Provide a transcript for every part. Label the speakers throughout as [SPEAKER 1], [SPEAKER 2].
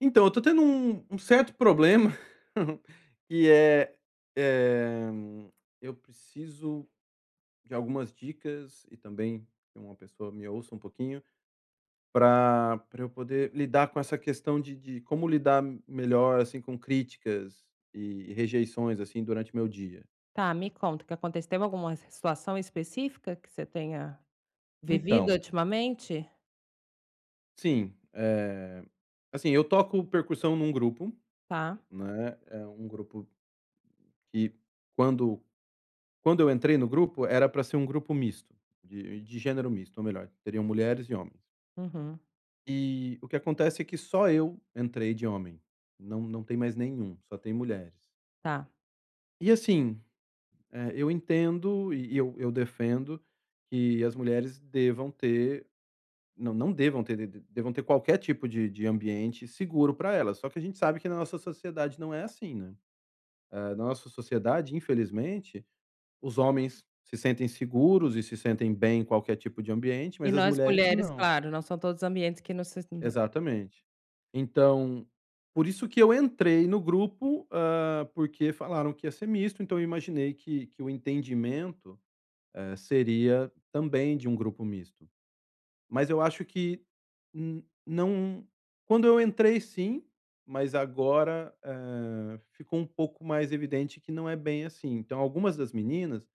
[SPEAKER 1] Então, eu tô tendo um certo problema que é, eh, eu preciso de algumas dicas e também que uma pessoa me ouça um pouquinho para pra eu poder lidar com essa questão de como lidar melhor, assim, com críticas e rejeições, assim, durante meu dia.
[SPEAKER 2] Tá, me conta o que aconteceu. Teve alguma situação específica que você tenha vivido
[SPEAKER 1] Então,
[SPEAKER 2] ultimamente?
[SPEAKER 1] sim, assim, eu toco percussão num grupo,
[SPEAKER 2] Tá.
[SPEAKER 1] né, é um grupo que quando Quando eu entrei no grupo, era para ser um grupo misto, de gênero misto, ou melhor, teriam mulheres e homens.
[SPEAKER 2] Uhum,
[SPEAKER 1] E o que acontece é que só eu entrei de homem, não tem mais nenhum, só tem mulheres.
[SPEAKER 2] tá.
[SPEAKER 1] E assim, eu entendo e eu defendo que as mulheres devam ter não, não devam ter, de devam ter qualquer tipo de ambiente seguro para elas, só que a gente sabe que na nossa sociedade não é assim, né. Eh, na nossa sociedade, infelizmente, os homens se sentem seguros e se sentem bem em qualquer tipo de ambiente,
[SPEAKER 2] E
[SPEAKER 1] mas as
[SPEAKER 2] nós
[SPEAKER 1] mulheres
[SPEAKER 2] mulheres,
[SPEAKER 1] não.
[SPEAKER 2] claro, não são todos os ambientes que nos se
[SPEAKER 1] Exatamente. Então, por isso que eu entrei no grupo, porque falaram que ia ser misto, então eu imaginei que o entendimento, seria também de um grupo misto. Mas eu acho que n não quando eu entrei sim, mas agora, ficou um pouco mais evidente que não é bem assim. Então algumas das meninas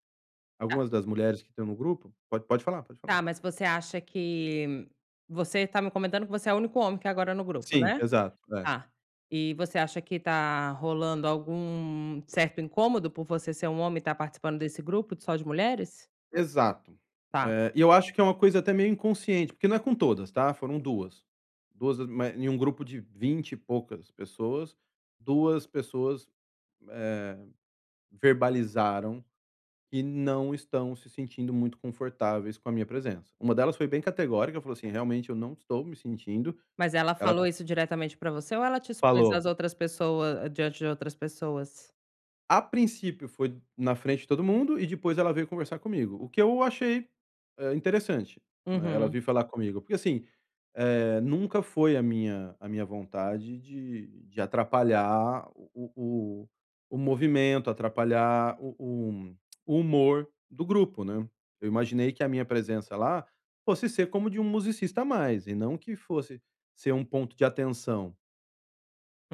[SPEAKER 2] tá,
[SPEAKER 1] Algumas das mulheres que estão no grupo pode falar, pode falar.
[SPEAKER 2] tá, mas você acha que você tá me comentando que você é o único homem que é agora no grupo,
[SPEAKER 1] Sim,
[SPEAKER 2] né?
[SPEAKER 1] exato, é.
[SPEAKER 2] Tá. E você acha que tá rolando algum certo incômodo por você ser um homem e estar participando desse grupo só de mulheres?
[SPEAKER 1] Exato.
[SPEAKER 2] Tá.
[SPEAKER 1] Eh, e eu acho que é uma coisa até meio inconsciente, porque não é com todas, tá, foram 2 2 ma em um grupo de 20 e poucas pessoas, 2 pessoas, eh, verbalizaram que não estão se sentindo muito confortáveis com a minha presença. Uma delas foi bem categórica, falou assim: "Realmente eu não estou me sentindo".
[SPEAKER 2] Mas ela
[SPEAKER 1] Ela
[SPEAKER 2] falou isso diretamente pra você ou ela te expôs às
[SPEAKER 1] falou,
[SPEAKER 2] outras pessoas diante de outras pessoas?
[SPEAKER 1] a princípio foi na frente de todo mundo e depois ela veio conversar comigo, o que eu achei, interessante, né, ela
[SPEAKER 2] Uhum,
[SPEAKER 1] vir falar comigo, porque assim, nunca foi a minha vontade de atrapalhar o movimento, atrapalhar o humor do grupo, né. Eu imaginei que a minha presença lá fosse ser como de um musicista a mais e não que fosse ser um ponto de atenção.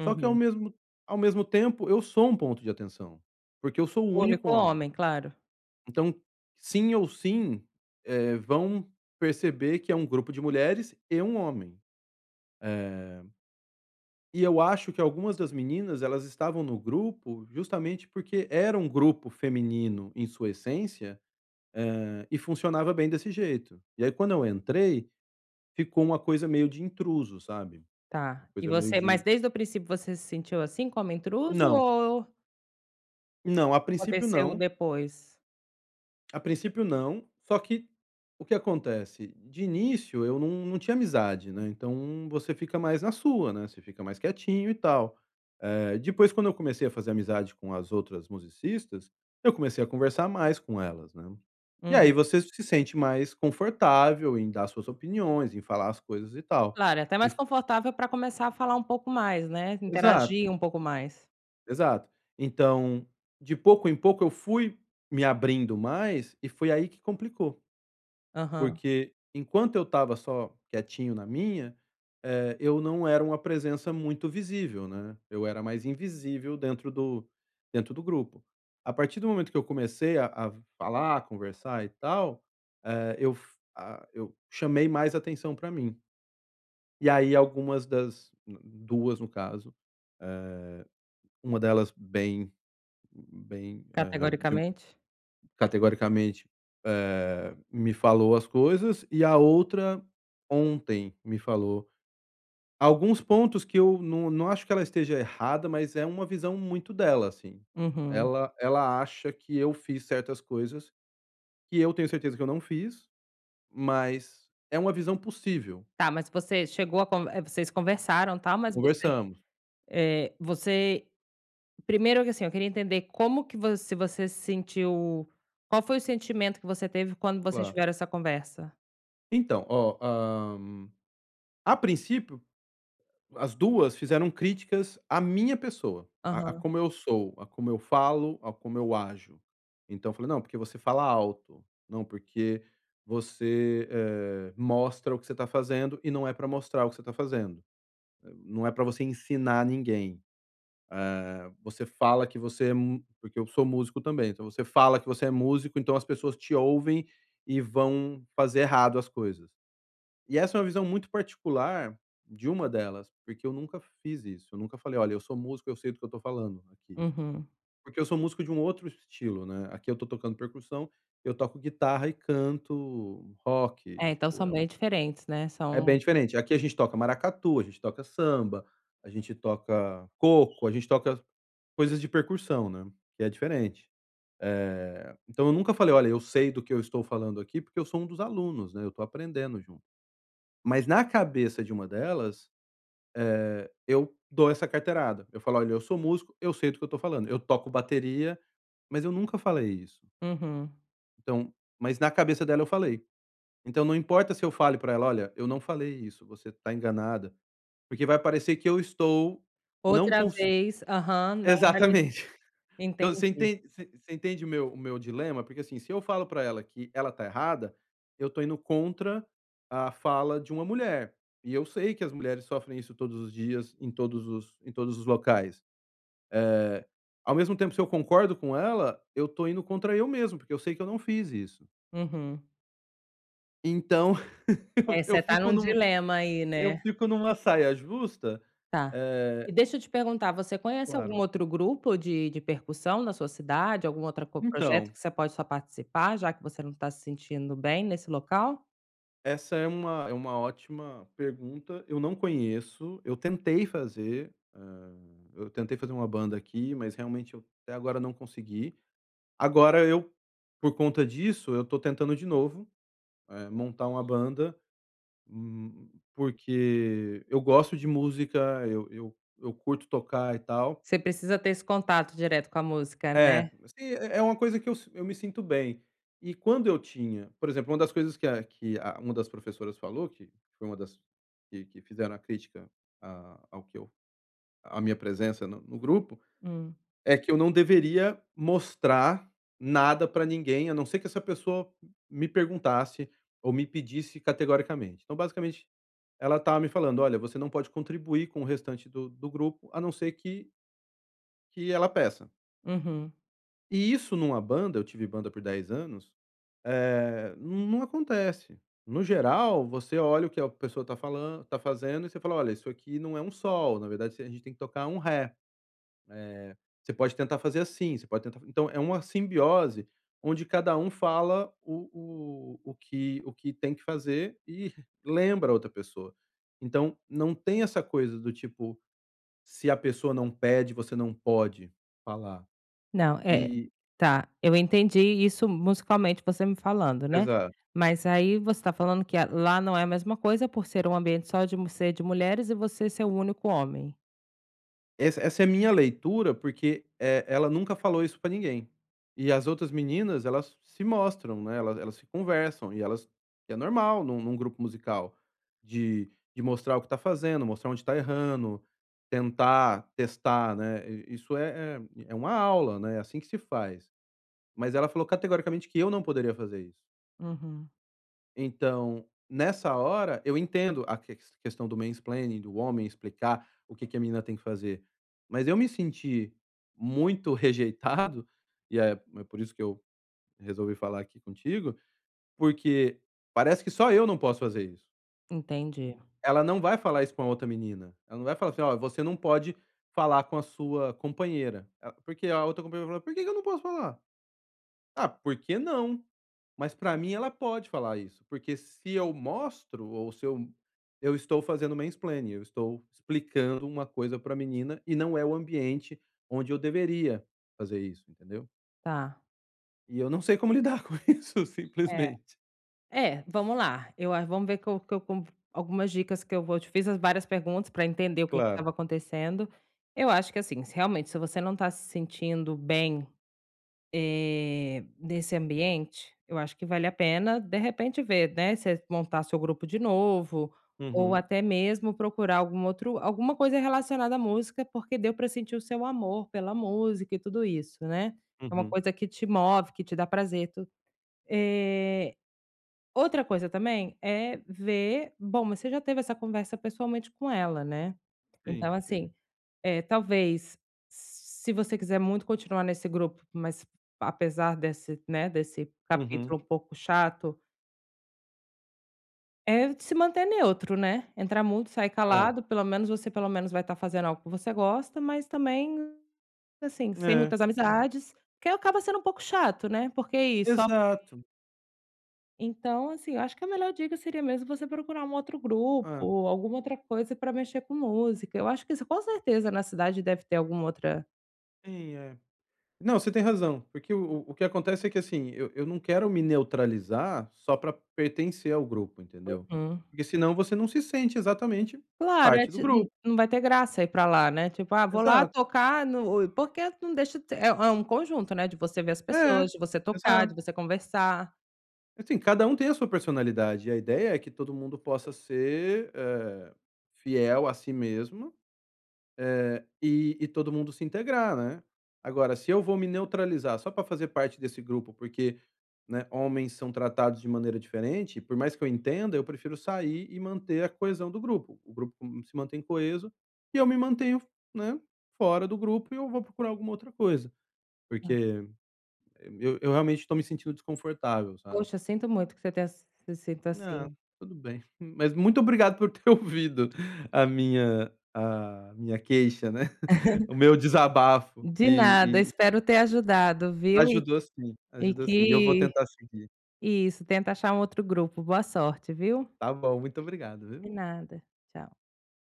[SPEAKER 1] Só que ao mesmo ao mesmo tempo, eu sou um ponto de atenção, porque eu sou o
[SPEAKER 2] O
[SPEAKER 1] único
[SPEAKER 2] único
[SPEAKER 1] homem.
[SPEAKER 2] homem, claro.
[SPEAKER 1] Então, sim ou sim, vão perceber que é um grupo de mulheres e um homem. Eh, e eu acho que algumas das meninas, elas estavam no grupo justamente porque era um grupo feminino em sua essência, e funcionava bem desse jeito. E aí quando eu entrei, ficou uma coisa meio de intruso, sabe.
[SPEAKER 2] Tá.
[SPEAKER 1] Uma
[SPEAKER 2] E
[SPEAKER 1] coisa meio
[SPEAKER 2] você mas
[SPEAKER 1] de
[SPEAKER 2] desde o princípio você se sentiu assim como intruso
[SPEAKER 1] não,
[SPEAKER 2] ou
[SPEAKER 1] não, a princípio
[SPEAKER 2] aconteceu
[SPEAKER 1] não.
[SPEAKER 2] depois?
[SPEAKER 1] A princípio não, só que o que acontece? De início eu não tinha amizade, né, então você fica mais na sua, né, você fica mais quietinho e tal. Eh, depois quando eu comecei a fazer amizade com as outras musicistas, eu comecei a conversar mais com elas, né. E aí
[SPEAKER 2] Uhum.
[SPEAKER 1] você se sente mais confortável em dar suas opiniões, em falar as coisas e tal.
[SPEAKER 2] Claro, é até
[SPEAKER 1] E
[SPEAKER 2] mais confortável para começar a falar um pouco mais, né,
[SPEAKER 1] exato,
[SPEAKER 2] interagir um pouco mais.
[SPEAKER 1] exato. Então, de pouco em pouco eu fui me abrindo mais e foi aí que complicou.
[SPEAKER 2] Aham.
[SPEAKER 1] Porque enquanto eu estava só quietinho na minha, eu não era uma presença muito visível, né, eu era mais invisível dentro do grupo. A partir do momento que eu comecei a falar, conversar e tal, eu f a eu chamei mais atenção para mim. E aí algumas das 2 no caso, uma delas bem bem, eh, de
[SPEAKER 2] Categoricamente?
[SPEAKER 1] categoricamente, me falou as coisas, e a outra ontem me falou alguns pontos que eu não acho que ela esteja errada, mas é uma visão muito dela, assim.
[SPEAKER 2] Uhum.
[SPEAKER 1] Ela acha que eu fiz certas coisas que eu tenho certeza que eu não fiz, mas é uma visão possível.
[SPEAKER 2] Tá, mas você chegou a con vocês conversaram, tal, mas você,
[SPEAKER 1] Conversamos,
[SPEAKER 2] você primeiro que assim, eu queria entender como que vo se você se sentiu qual foi o sentimento que você teve quando vocês
[SPEAKER 1] claro.
[SPEAKER 2] tiveram essa conversa?
[SPEAKER 1] Então, a princípio as duas fizeram críticas à minha pessoa, a
[SPEAKER 2] Aham.
[SPEAKER 1] como eu sou, a como eu falo, a como eu ajo. Então eu falei: "Não, porque você fala alto. Não, porque você, eh, mostra o que você está fazendo e não é para mostrar o que você está fazendo. Eh, não é para você ensinar ninguém. Eh, você fala que você é mu", porque eu sou músico também, então você fala que você é músico, então as pessoas te ouvem e vão fazer errado as coisas. E essa é uma visão muito particular de uma delas, porque eu nunca fiz isso, eu nunca falei: "Olha, eu sou músico, eu sei do que eu estou falando aqui".
[SPEAKER 2] Uhum.
[SPEAKER 1] Porque eu sou músico de um outro estilo, né, aqui eu estou tocando percussão, eu toco guitarra e canto rock,
[SPEAKER 2] É, então
[SPEAKER 1] tipo,
[SPEAKER 2] são
[SPEAKER 1] é um
[SPEAKER 2] bem diferentes, né,
[SPEAKER 1] é
[SPEAKER 2] são
[SPEAKER 1] bem diferente. Aqui a gente toca maracatu, a gente toca samba, a gente toca coco, a gente toca coisas de percussão, né, que é diferente. Eh, então eu nunca falei: "Olha, eu sei do que eu estou falando aqui", porque eu sou um dos alunos, né, eu estou aprendendo junto. Mas na cabeça de uma delas eu dou essa carteirada. Eu falo: "Olha, eu sou músico, eu sei do que eu estou falando. Eu toco bateria, mas eu nunca falei isso".
[SPEAKER 2] uhum.
[SPEAKER 1] Então, mas na cabeça dela eu falei. Então não importa se eu fale pra ela: "Olha, eu não falei isso, você tá enganada", porque vai parecer que eu estou não
[SPEAKER 2] Outra
[SPEAKER 1] cons
[SPEAKER 2] vez aham, não vali
[SPEAKER 1] exatamente. Então
[SPEAKER 2] entendi.
[SPEAKER 1] você entende o meu dilema? Porque, assim, se eu falo pra ela que ela tá errada, eu tô indo contra a fala de uma mulher, e eu sei que as mulheres sofrem isso todos os dias, em todos os locais. Eh, ao mesmo tempo, se eu concordo com ela, eu tô indo contra eu mesmo, porque eu sei que eu não fiz isso.
[SPEAKER 2] Uhum.
[SPEAKER 1] Então,
[SPEAKER 2] É,
[SPEAKER 1] eu
[SPEAKER 2] você tá
[SPEAKER 1] fico
[SPEAKER 2] num
[SPEAKER 1] num
[SPEAKER 2] dilema aí,
[SPEAKER 1] eu
[SPEAKER 2] né.
[SPEAKER 1] fico numa saia justa,
[SPEAKER 2] Tá. E
[SPEAKER 1] eh
[SPEAKER 2] deixa eu te perguntar, você conhece algum
[SPEAKER 1] claro.
[SPEAKER 2] outro grupo de percussão na sua cidade? Algum outro co projeto
[SPEAKER 1] Então,
[SPEAKER 2] que você pode só participar, já que você não está se sentindo bem nesse local?
[SPEAKER 1] essa é uma ótima pergunta, eu não conheço, eu tentei fazer, eu tentei fazer uma banda aqui, mas realmente eu até agora não consegui. Agora eu, por conta disso, eu tô tentando de novo, montar uma banda. Hum, porque eu gosto de música, eu curto tocar e tal.
[SPEAKER 2] Você precisa ter esse contato direto com a música, né?
[SPEAKER 1] É, assim, é uma coisa que eu me sinto bem. E quando eu tinha por exemplo, uma das coisas que a uma das professoras falou, que foi uma das que fizeram a crítica a ao que eu à minha presença no grupo,
[SPEAKER 2] Hum,
[SPEAKER 1] é que eu não deveria mostrar nada pra ninguém, a não ser que essa pessoa me perguntasse ou me pedisse categoricamente. Então, basicamente, ela estava me falando: "Olha, você não pode contribuir com o restante do grupo, a não ser que ela peça".
[SPEAKER 2] uhum.
[SPEAKER 1] E isso numa banda, eu tive banda por 10 anos, não acontece. No geral, você olha o que a pessoa tá falando, tá fazendo e você fala: "Olha, isso aqui não é um sol, na verdade, a gente tem que tocar um ré". Eh, você pode tentar fazer assim, você pode tentar, então é uma simbiose onde cada um fala o que tem que fazer e lembra a outra pessoa. Então não tem essa coisa do tipo, se a pessoa não pede, você não pode falar.
[SPEAKER 2] Não, é
[SPEAKER 1] E
[SPEAKER 2] tá, eu entendi isso musicalmente você me falando, né. É.
[SPEAKER 1] exato.
[SPEAKER 2] Mas aí você está falando que a lá não é a mesma coisa por ser um ambiente só de mu ser de mulheres e você ser o único homem?
[SPEAKER 1] Essa é a minha leitura, porque, eh, ela nunca falou isso pra ninguém. E as outras meninas, elas se mostram, né, elas se conversam e elas, e é normal num grupo musical de de mostrar o que tá fazendo, mostrar onde tá errando, tentar testar, né, i isso é uma aula, né, é assim que se faz. Mas ela falou categoricamente que eu não poderia fazer isso.
[SPEAKER 2] Uhum,
[SPEAKER 1] Então, nessa hora, eu entendo a questão do mansplaining, do homem explicar o que a menina tem que fazer, mas eu me senti muito rejeitado, e é por isso que eu resolvi falar aqui contigo, porque parece que só eu não posso fazer isso.
[SPEAKER 2] entendi,
[SPEAKER 1] Ela não vai falar isso com a outra menina, ela não vai falar assim: "Ó, você não pode falar com a sua companheira", a porque a outra companheira vai falar: "Por que que eu não posso falar?". Ah, por que não? Mas pra mim ela pode falar isso, porque se eu mostro ou se eu estou fazendo mansplaining, eu estou explicando uma coisa pra menina e não é o ambiente onde eu deveria fazer isso, entendeu.
[SPEAKER 2] tá.
[SPEAKER 1] E eu não sei como lidar com isso
[SPEAKER 2] É.
[SPEAKER 1] simplesmente.
[SPEAKER 2] É, vamos lá. Eu a vamos ver que eu com algumas dicas que eu vou eu te fiz as várias perguntas para entender o que é
[SPEAKER 1] Claro.
[SPEAKER 2] estava acontecendo. Eu acho que assim, se realmente se você não está se sentindo bem, nesse ambiente, eu acho que vale a pena, de repente, ver, né, você montar seu grupo de novo, ou
[SPEAKER 1] Uhum,
[SPEAKER 2] até mesmo procurar algum outro alguma coisa relacionada à música, porque deu para sentir o seu amor pela música e tudo isso, né. É uma
[SPEAKER 1] uhum.
[SPEAKER 2] coisa que te move, que te dá prazer, tu eh, outra coisa também é ver bom, mas você já teve essa conversa pessoalmente com ela, né.
[SPEAKER 1] Sim,
[SPEAKER 2] Então
[SPEAKER 1] tive.
[SPEAKER 2] assim, talvez se você quiser muito continuar nesse grupo, mas apesar desse, né, desse
[SPEAKER 1] Uhum.
[SPEAKER 2] capítulo um pouco chato, é se manter neutro, né. Entrar muito, sair
[SPEAKER 1] É.
[SPEAKER 2] calado, pelo menos você pelo menos vai estar fazendo algo que você gosta, mas também, assim, sem
[SPEAKER 1] É.
[SPEAKER 2] muitas amizades, que acaba sendo um pouco chato, né, porque ir só
[SPEAKER 1] Exato.
[SPEAKER 2] então, assim, eu acho que a melhor dica seria mesmo você procurar um outro grupo
[SPEAKER 1] É.
[SPEAKER 2] ou alguma outra coisa para mexer com música. Eu acho que isso com certeza na cidade deve ter alguma outra
[SPEAKER 1] Sim, é. Não, você tem razão, porque o que acontece é que, assim, eu não quero me neutralizar só para pertencer ao grupo, entendeu.
[SPEAKER 2] uhum.
[SPEAKER 1] Porque senão você não se sente exatamente
[SPEAKER 2] Claro, é
[SPEAKER 1] parte do
[SPEAKER 2] ti n-
[SPEAKER 1] grupo.
[SPEAKER 2] não vai ter graça ir para lá, né, tipo: "Ah, vou lá
[SPEAKER 1] Exato.
[SPEAKER 2] tocar no" porque não deixa de ser é um conjunto, né, de você ver as
[SPEAKER 1] É,
[SPEAKER 2] pessoas, de você tocar, de
[SPEAKER 1] exato.
[SPEAKER 2] você conversar.
[SPEAKER 1] Assim, cada um tem a sua personalidade e a ideia é que todo mundo possa ser, fiel a si mesmo, e todo mundo se integrar, né. Agora, se eu vou me neutralizar só para fazer parte desse grupo, porque, né, homens são tratados de maneira diferente, por mais que eu entenda, eu prefiro sair e manter a coesão do grupo. O grupo se mantém coeso e eu me mantenho, né, fora do grupo, e eu vou procurar alguma outra coisa, porque eu realmente estou me sentindo desconfortável, sabe.
[SPEAKER 2] Poxa, sinto muito que você tenha se sinta assim.
[SPEAKER 1] Ah, tudo bem. Mas muito obrigado por ter ouvido a minha queixa, né, o meu desabafo
[SPEAKER 2] De nada,
[SPEAKER 1] e
[SPEAKER 2] espero ter ajudado, viu. E
[SPEAKER 1] ajudou sim,
[SPEAKER 2] e
[SPEAKER 1] ajudou sim. E eu vou
[SPEAKER 2] que
[SPEAKER 1] tentar seguir.
[SPEAKER 2] isso, tenta achar um outro grupo. Boa sorte, viu.
[SPEAKER 1] Tá bom, muito obrigado,
[SPEAKER 2] De
[SPEAKER 1] viu.
[SPEAKER 2] nada. Tchau.